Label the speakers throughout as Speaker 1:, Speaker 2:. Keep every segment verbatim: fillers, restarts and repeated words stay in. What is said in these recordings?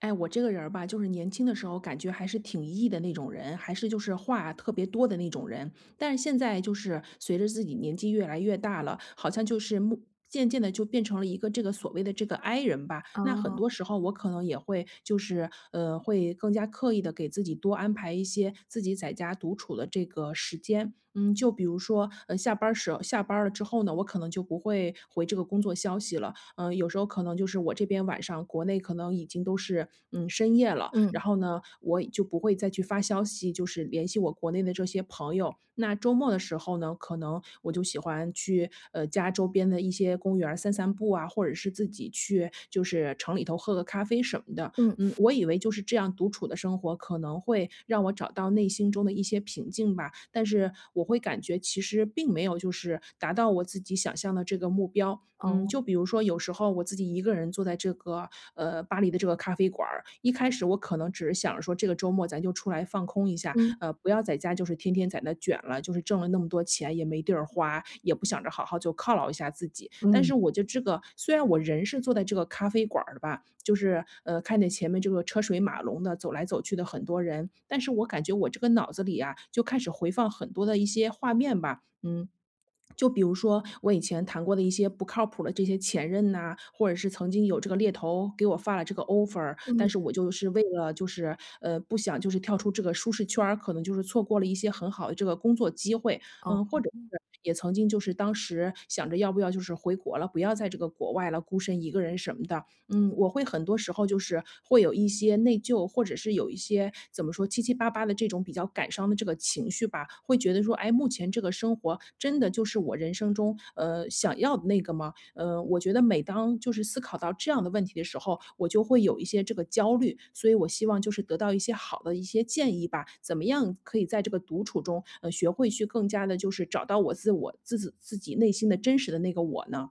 Speaker 1: 哎，我这个人儿吧，就是年轻的时候感觉还是挺 E 的那种人，还是就是话特别多的那种人。但是现在就是随着自己年纪越来越大了，好像就是目渐渐的就变成了一个这个所谓的这个 I 人吧。那很
Speaker 2: 哦，
Speaker 1: 多时候我可能也会就是，呃，会更加刻意的给自己多安排一些自己在家独处的这个时间。嗯，就比如说，呃，下班儿时下班儿了之后呢，我可能就不会回这个工作消息了，嗯，有时候可能就是我这边晚上国内可能已经都是嗯深夜了，然
Speaker 2: 嗯，
Speaker 1: 后呢，我就不会再去发消息，就是联系我国内的这些朋友。那周末的时候呢，可能我就喜欢去呃家周边的一些公园儿散散步啊，或者是自己去就是城里头喝个咖啡什么的。
Speaker 2: 嗯，
Speaker 1: 嗯，我以为就是这样独处的生活可能会让我找到内心中的一些平静吧，但是我会感觉其实并没有就是达到我自己想象的这个目标。嗯，
Speaker 2: 哦，
Speaker 1: 就比如说有时候我自己一个人坐在这个，呃，巴黎的这个咖啡馆儿，一开始我可能只是想着说这个周末咱就出来放空一下，
Speaker 2: 嗯，
Speaker 1: 呃，不要在家就是天天在那卷了，就是挣了那么多钱也没地儿花，也不想着好好就犒劳一下自己。但
Speaker 2: 嗯，
Speaker 1: 是我就这个虽然我人是坐在这个咖啡馆儿的吧，就是，呃，看见前面这个车水马龙的，走来走去的很多人，但是我感觉我这个脑子里啊，就开始回放很多的一些画面吧，嗯，就比如说我以前谈过的一些不靠谱的这些前任呐，或者是曾经有这个猎头给我发了这个 offer,但
Speaker 2: 嗯，
Speaker 1: 是我就是为了就是，呃，不想就是跳出这个舒适圈儿，可能就是错过了一些很好的这个工作机会。
Speaker 2: 哦。
Speaker 1: 嗯，或者是也曾经就是当时想着要不要就是回国了，不要在这个国外了，孤身一个人什么的。嗯，我会很多时候就是会有一些内疚，或者是有一些怎么说七七八八的这种比较感伤的这个情绪吧，会觉得说，哎，目前这个生活真的就是我人生中呃想要的那个吗？呃，我觉得每当就是思考到这样的问题的时候，我就会有一些这个焦虑，所以我希望就是得到一些好的一些建议吧，怎么样可以在这个独处中，呃，学会去更加的就是找到我自我自己自己内心的真实的那个我呢？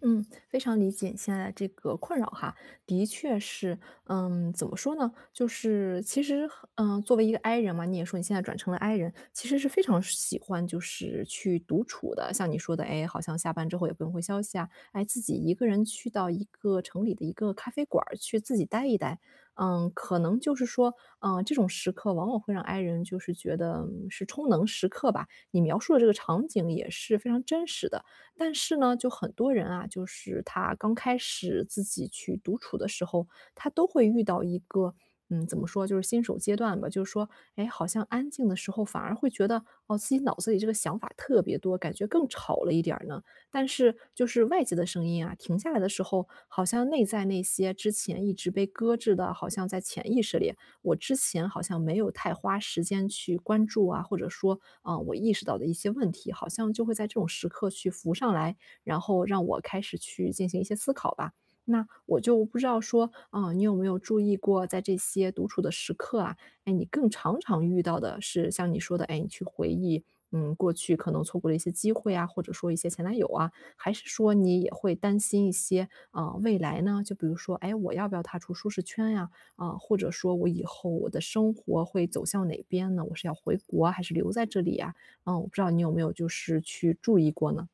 Speaker 2: 嗯，非常理解你现在的这个困扰哈，的确是。嗯，怎么说呢？就是其实嗯、作为一个 I 人嘛，你也说你现在转成了 I 人，其实是非常喜欢就是去独处的。像你说的，哎，好像下班之后也不用回消息啊，哎，自己一个人去到一个城里的一个咖啡馆儿去自己待一待。嗯，可能就是说，嗯、这种时刻往往会让 I 人就是觉得嗯是充能时刻吧。你描述的这个场景也是非常真实的。但是呢，就很多人啊，就是他刚开始自己去独处的时候，他都会遇到一个，嗯，怎么说，就是新手阶段吧。就是说，哎，好像安静的时候反而会觉得，哦，自己脑子里这个想法特别多，感觉更吵了一点儿呢。但是就是外界的声音啊，停下来的时候，好像内在那些之前一直被搁置的，好像在潜意识里我之前好像没有太花时间去关注啊，或者说，嗯，我意识到的一些问题，好像就会在这种时刻去浮上来，然后让我开始去进行一些思考吧。那我就不知道说，嗯，你有没有注意过，在这些独处的时刻啊，哎，你更常常遇到的是像你说的，哎，你去回忆，嗯，过去可能错过了一些机会啊，或者说一些前男友啊，还是说你也会担心一些，啊，未来呢？就比如说，哎，我要不要踏出舒适圈呀、啊，或者说我以后我的生活会走向哪边呢？我是要回国啊还是留在这里呀？嗯，我不知道你有没有就是去注意过呢？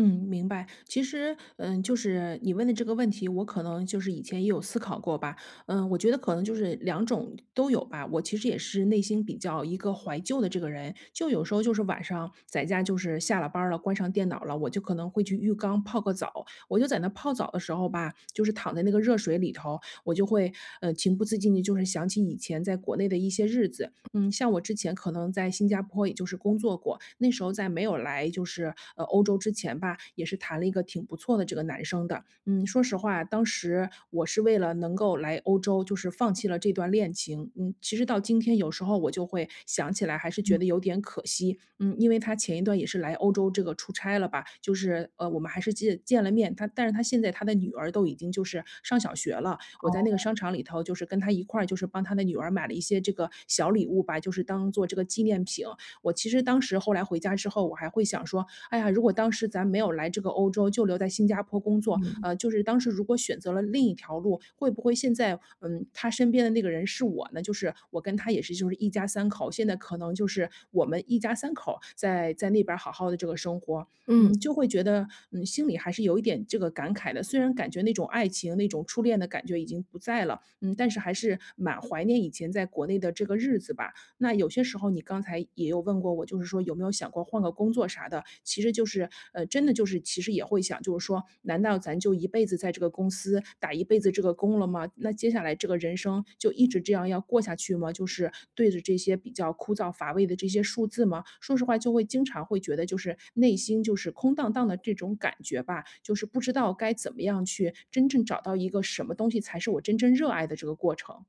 Speaker 1: 嗯，明白。其实，嗯，就是你问的这个问题，我可能就是以前也有思考过吧。嗯，我觉得可能就是两种都有吧。我其实也是内心比较一个怀旧的这个人，就有时候就是晚上在家，就是下了班儿了，关上电脑了，我就可能会去浴缸泡个澡。我就在那泡澡的时候吧，就是躺在那个热水里头，我就会呃情不自禁的，就是想起以前在国内的一些日子。嗯，像我之前可能在新加坡也就是工作过，那时候在没有来就是，呃，欧洲之前吧，也是谈了一个挺不错的这个男生的。嗯，说实话，当时我是为了能够来欧洲，就是放弃了这段恋情。嗯，其实到今天有时候我就会想起来，还是觉得有点可惜。嗯，因为他前一段也是来欧洲这个出差了吧，就是呃，我们还是见见了面。他，但是他现在他的女儿都已经就是上小学了。我在那个商场里头，就是跟他一块儿，就是帮他的女儿买了一些这个小礼物吧，就是当做这个纪念品。我其实当时后来回家之后，我还会想说，哎呀，如果当时咱没有来这个欧洲，就留在新加坡工作，
Speaker 2: 嗯。
Speaker 1: 呃，就是当时如果选择了另一条路，会不会现在，嗯，他身边的那个人是我呢？就是我跟他也是就是一家三口，现在可能就是我们一家三口在在那边儿好好的这个生活。嗯，
Speaker 2: 嗯。
Speaker 1: 就会觉得，嗯，心里还是有一点这个感慨的。虽然感觉那种爱情、那种初恋的感觉已经不在了，嗯，但是还是蛮怀念以前在国内的这个日子吧。那有些时候你刚才也有问过我，就是说有没有想过换个工作啥的，其实就是呃，真的就是其实也会想，就是说，难道咱就一辈子在这个公司打一辈子这个工了吗？那接下来这个人生就一直这样要过下去吗？就是对着这些比较枯燥乏味的这些数字吗？说实话，就会经常会觉得就是内心就是空荡荡的这种感觉吧，就是不知道该怎么样去真正找到一个什么东西才是我真正热爱的这个过程。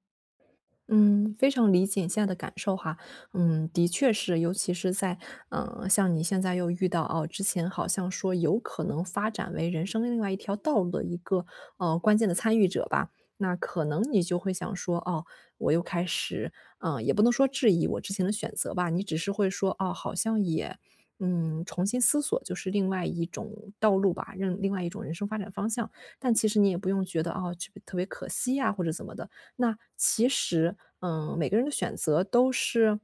Speaker 2: 嗯，非常理解你现在的感受哈。嗯，的确是，尤其是在嗯，呃像你现在又遇到，哦，之前好像说有可能发展为人生另外一条道路的一个呃关键的参与者吧。那可能你就会想说，哦，我又开始，嗯、也不能说质疑我之前的选择吧，你只是会说，哦，好像也，嗯，重新思索，就是另外一种道路吧，另另外一种人生发展方向。但其实你也不用觉得，哦，这特别可惜呀、或者怎么的，那其实，嗯，每个人的选择都是，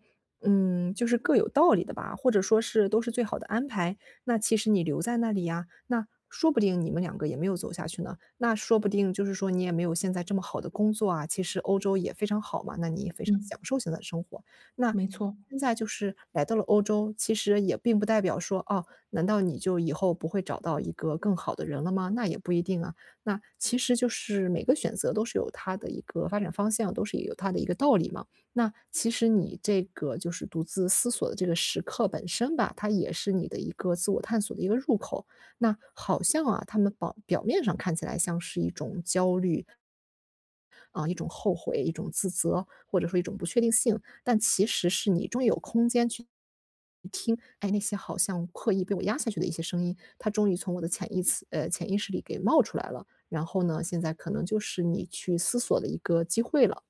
Speaker 2: 嗯，就是各有道理的吧，或者说是都是最好的安排。那其实你留在那里呀，那说不定你们两个也没有走下去呢。那说不定就是说你也没有现在这么好的工作啊，其实欧洲也非常好嘛，那你也非常
Speaker 1: 嗯，
Speaker 2: 享受现在的生活。那
Speaker 1: 没错。
Speaker 2: 现在就是来到了欧洲，其实也并不代表说，哦，难道你就以后不会找到一个更好的人了吗？那也不一定啊。那其实就是每个选择都是有它的一个发展方向，都是有它的一个道理嘛。那其实你这个就是独自思索的这个时刻本身吧，它也是你的一个自我探索的一个入口。那好像啊，他们表表面上看起来像是一种焦虑，啊，一种后悔、一种自责，或者说一种不确定性，但其实是你终于有空间去听，哎，那些好像刻意被我压下去的一些声音，它终于从我的潜意识呃，潜意识里给冒出来了。然后呢，现在可能就是你去思索的一个机会了。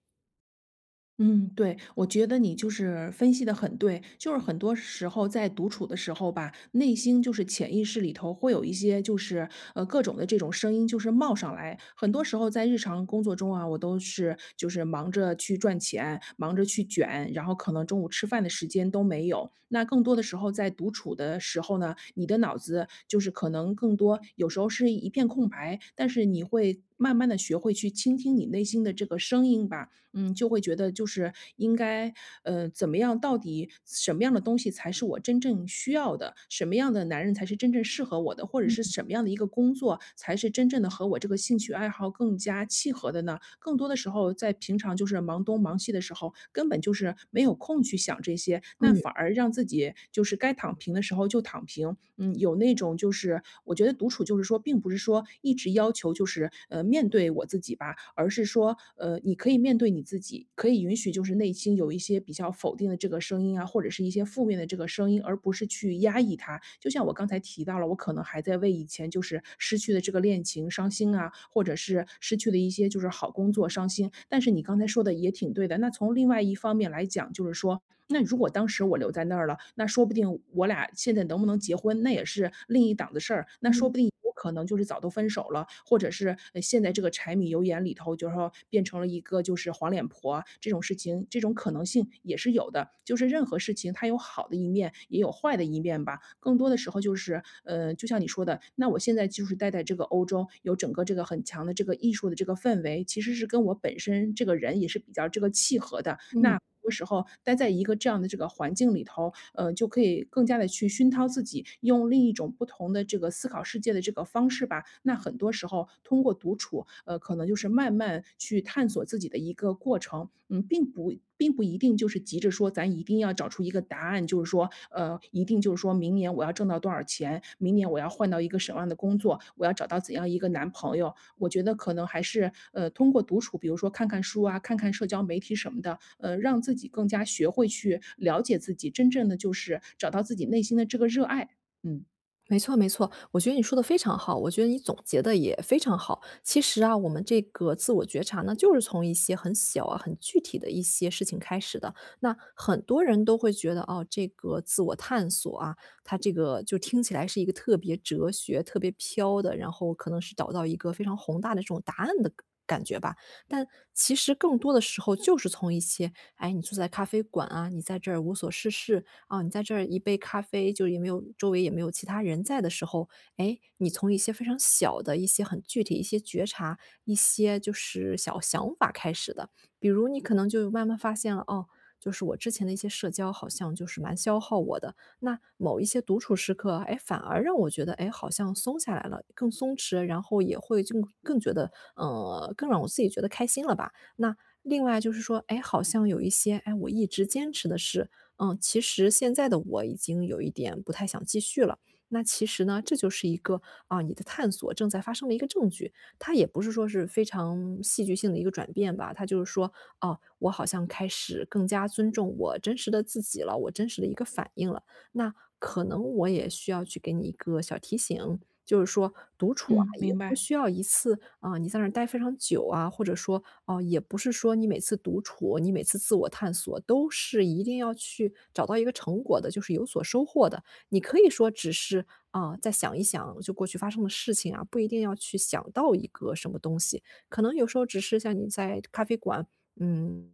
Speaker 1: 嗯，对，我觉得你就是分析的很对，就是很多时候在独处的时候吧，内心就是潜意识里头会有一些就是，呃，各种的这种声音就是冒上来。很多时候在日常工作中啊，我都是就是忙着去赚钱，忙着去卷，然后可能中午吃饭的时间都没有。那更多的时候在独处的时候呢，你的脑子就是可能更多，有时候是一片空白，但是你会慢慢的学会去倾听你内心的这个声音吧。嗯，就会觉得就是应该，呃，怎么样，到底什么样的东西才是我真正需要的，什么样的男人才是真正适合我的，或者是
Speaker 2: 嗯，
Speaker 1: 什么样的一个工作才是真正的和我这个兴趣爱好更加契合的呢？更多的时候在平常就是忙东忙西的时候，根本就是没有空去想这些，那反
Speaker 2: 嗯。
Speaker 1: 而让自己就是该躺平的时候就躺平。嗯，有那种就是我觉得独处就是说，并不是说一直要求就是，呃，面对我自己吧，而是说，呃，你可以面对你自己，可以可以允许就是内心有一些比较否定的这个声音啊，或者是一些负面的这个声音，而不是去压抑它。就像我刚才提到了，我可能还在为以前就是失去的这个恋情伤心啊，或者是失去的一些就是好工作伤心。但是你刚才说的也挺对的，那从另外一方面来讲，就是说那如果当时我留在那儿了，那说不定我俩现在能不能结婚，那也是另一档子事儿。那说不定
Speaker 2: 嗯
Speaker 1: 有可能就是早都分手了，或者是呃现在这个柴米油盐里头，就是说变成了一个就是黄脸婆这种事情，这种可能性也是有的。就是任何事情它有好的一面，也有坏的一面吧。更多的时候就是，呃，就像你说的，那我现在就是待在这个欧洲，有整个这个很强的这个艺术的这个氛围，其实是跟我本身这个人也是比较这个契合的。
Speaker 2: 嗯。
Speaker 1: 那多时候待在一个这样的这个环境里头，呃，就可以更加的去熏陶自己，用另一种不同的这个思考世界的这个方式吧。那很多时候通过独处，呃，可能就是慢慢去探索自己的一个过程，嗯，并不并不一定就是急着说咱一定要找出一个答案按就是说，呃，一定就是说明年我要挣到多少钱，明年我要换到一个什么样的工作，我要找到怎样一个男朋友。我觉得可能还是，呃，通过独处，比如说看看书啊，看看社交媒体什么的，呃，让自己更加学会去了解自己，真正的就是找到自己内心的这个热爱。嗯。
Speaker 2: 没错没错，我觉得你说的非常好，我觉得你总结的也非常好。其实啊，我们这个自我觉察呢，就是从一些很小啊、很具体的一些事情开始的。那很多人都会觉得，哦，这个自我探索啊，它这个就听起来是一个特别哲学、特别飘的，然后可能是找到一个非常宏大的这种答案的感觉吧。但其实更多的时候就是从一些，哎，你坐在咖啡馆啊，你在这儿无所事事，啊，你在这儿一杯咖啡，就也没有周围也没有其他人在的时候，哎，你从一些非常小的一些很具体一些觉察，一些就是小想法开始的。比如你可能就慢慢发现了，哦，就是我之前的一些社交好像就是蛮消耗我的，那某一些独处时刻，哎，反而让我觉得，哎，好像松下来了，更松弛，然后也会就更觉得，呃，更让我自己觉得开心了吧。那另外就是说，哎，好像有一些哎我一直坚持的事，嗯，其实现在的我已经有一点不太想继续了。那其实呢，这就是一个，啊，你的探索正在发生的一个证据。它也不是说是非常戏剧性的一个转变吧，它就是说，哦，我好像开始更加尊重我真实的自己了，我真实的一个反应了。那可能我也需要去给你一个小提醒，就是说独处啊，
Speaker 1: 嗯，
Speaker 2: 也
Speaker 1: 明
Speaker 2: 不
Speaker 1: 白。
Speaker 2: 需要一次啊，你在那儿待非常久啊，或者说哦，也不是说你每次独处，你每次自我探索都是一定要去找到一个成果的，就是有所收获的。你可以说只是啊，再想一想就过去发生的事情啊，不一定要去想到一个什么东西，可能有时候只是像你在咖啡馆嗯，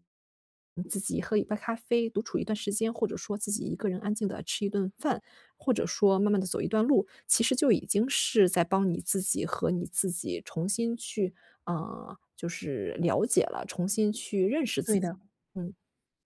Speaker 2: 自己喝一杯咖啡，独处一段时间，或者说自己一个人安静的吃一顿饭，或者说慢慢的走一段路，其实就已经是在帮你自己和你自己重新去呃，就是了解了，重新去认识自
Speaker 1: 对
Speaker 2: 己。
Speaker 1: 的。
Speaker 2: 嗯，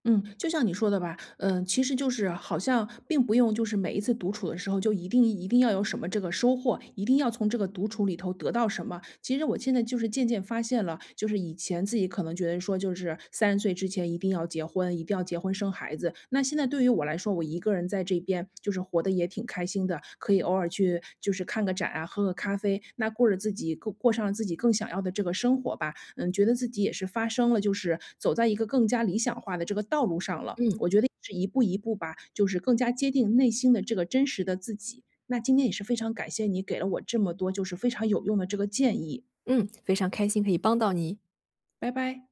Speaker 1: 嗯，就像你说的吧，嗯，其实就是好像并不用，就是每一次独处的时候就一定一定要有什么这个收获，一定要从这个独处里头得到什么。其实我现在就是渐渐发现了，就是以前自己可能觉得说，就是三十岁之前一定要结婚，一定要结婚生孩子。那现在对于我来说，我一个人在这边就是活得也挺开心的，可以偶尔去就是看个展啊，喝个咖啡，那过着自己过过上了自己更想要的这个生活吧。嗯，觉得自己也是发生了，就是走在一个更加理想化的这个道路上了。
Speaker 2: 嗯，
Speaker 1: 我觉得是一步一步吧，就是更加接近内心的这个真实的自己。那今天也是非常感谢你给了我这么多，就是非常有用的这个建议，
Speaker 2: 嗯，非常开心可以帮到你。
Speaker 1: 拜拜。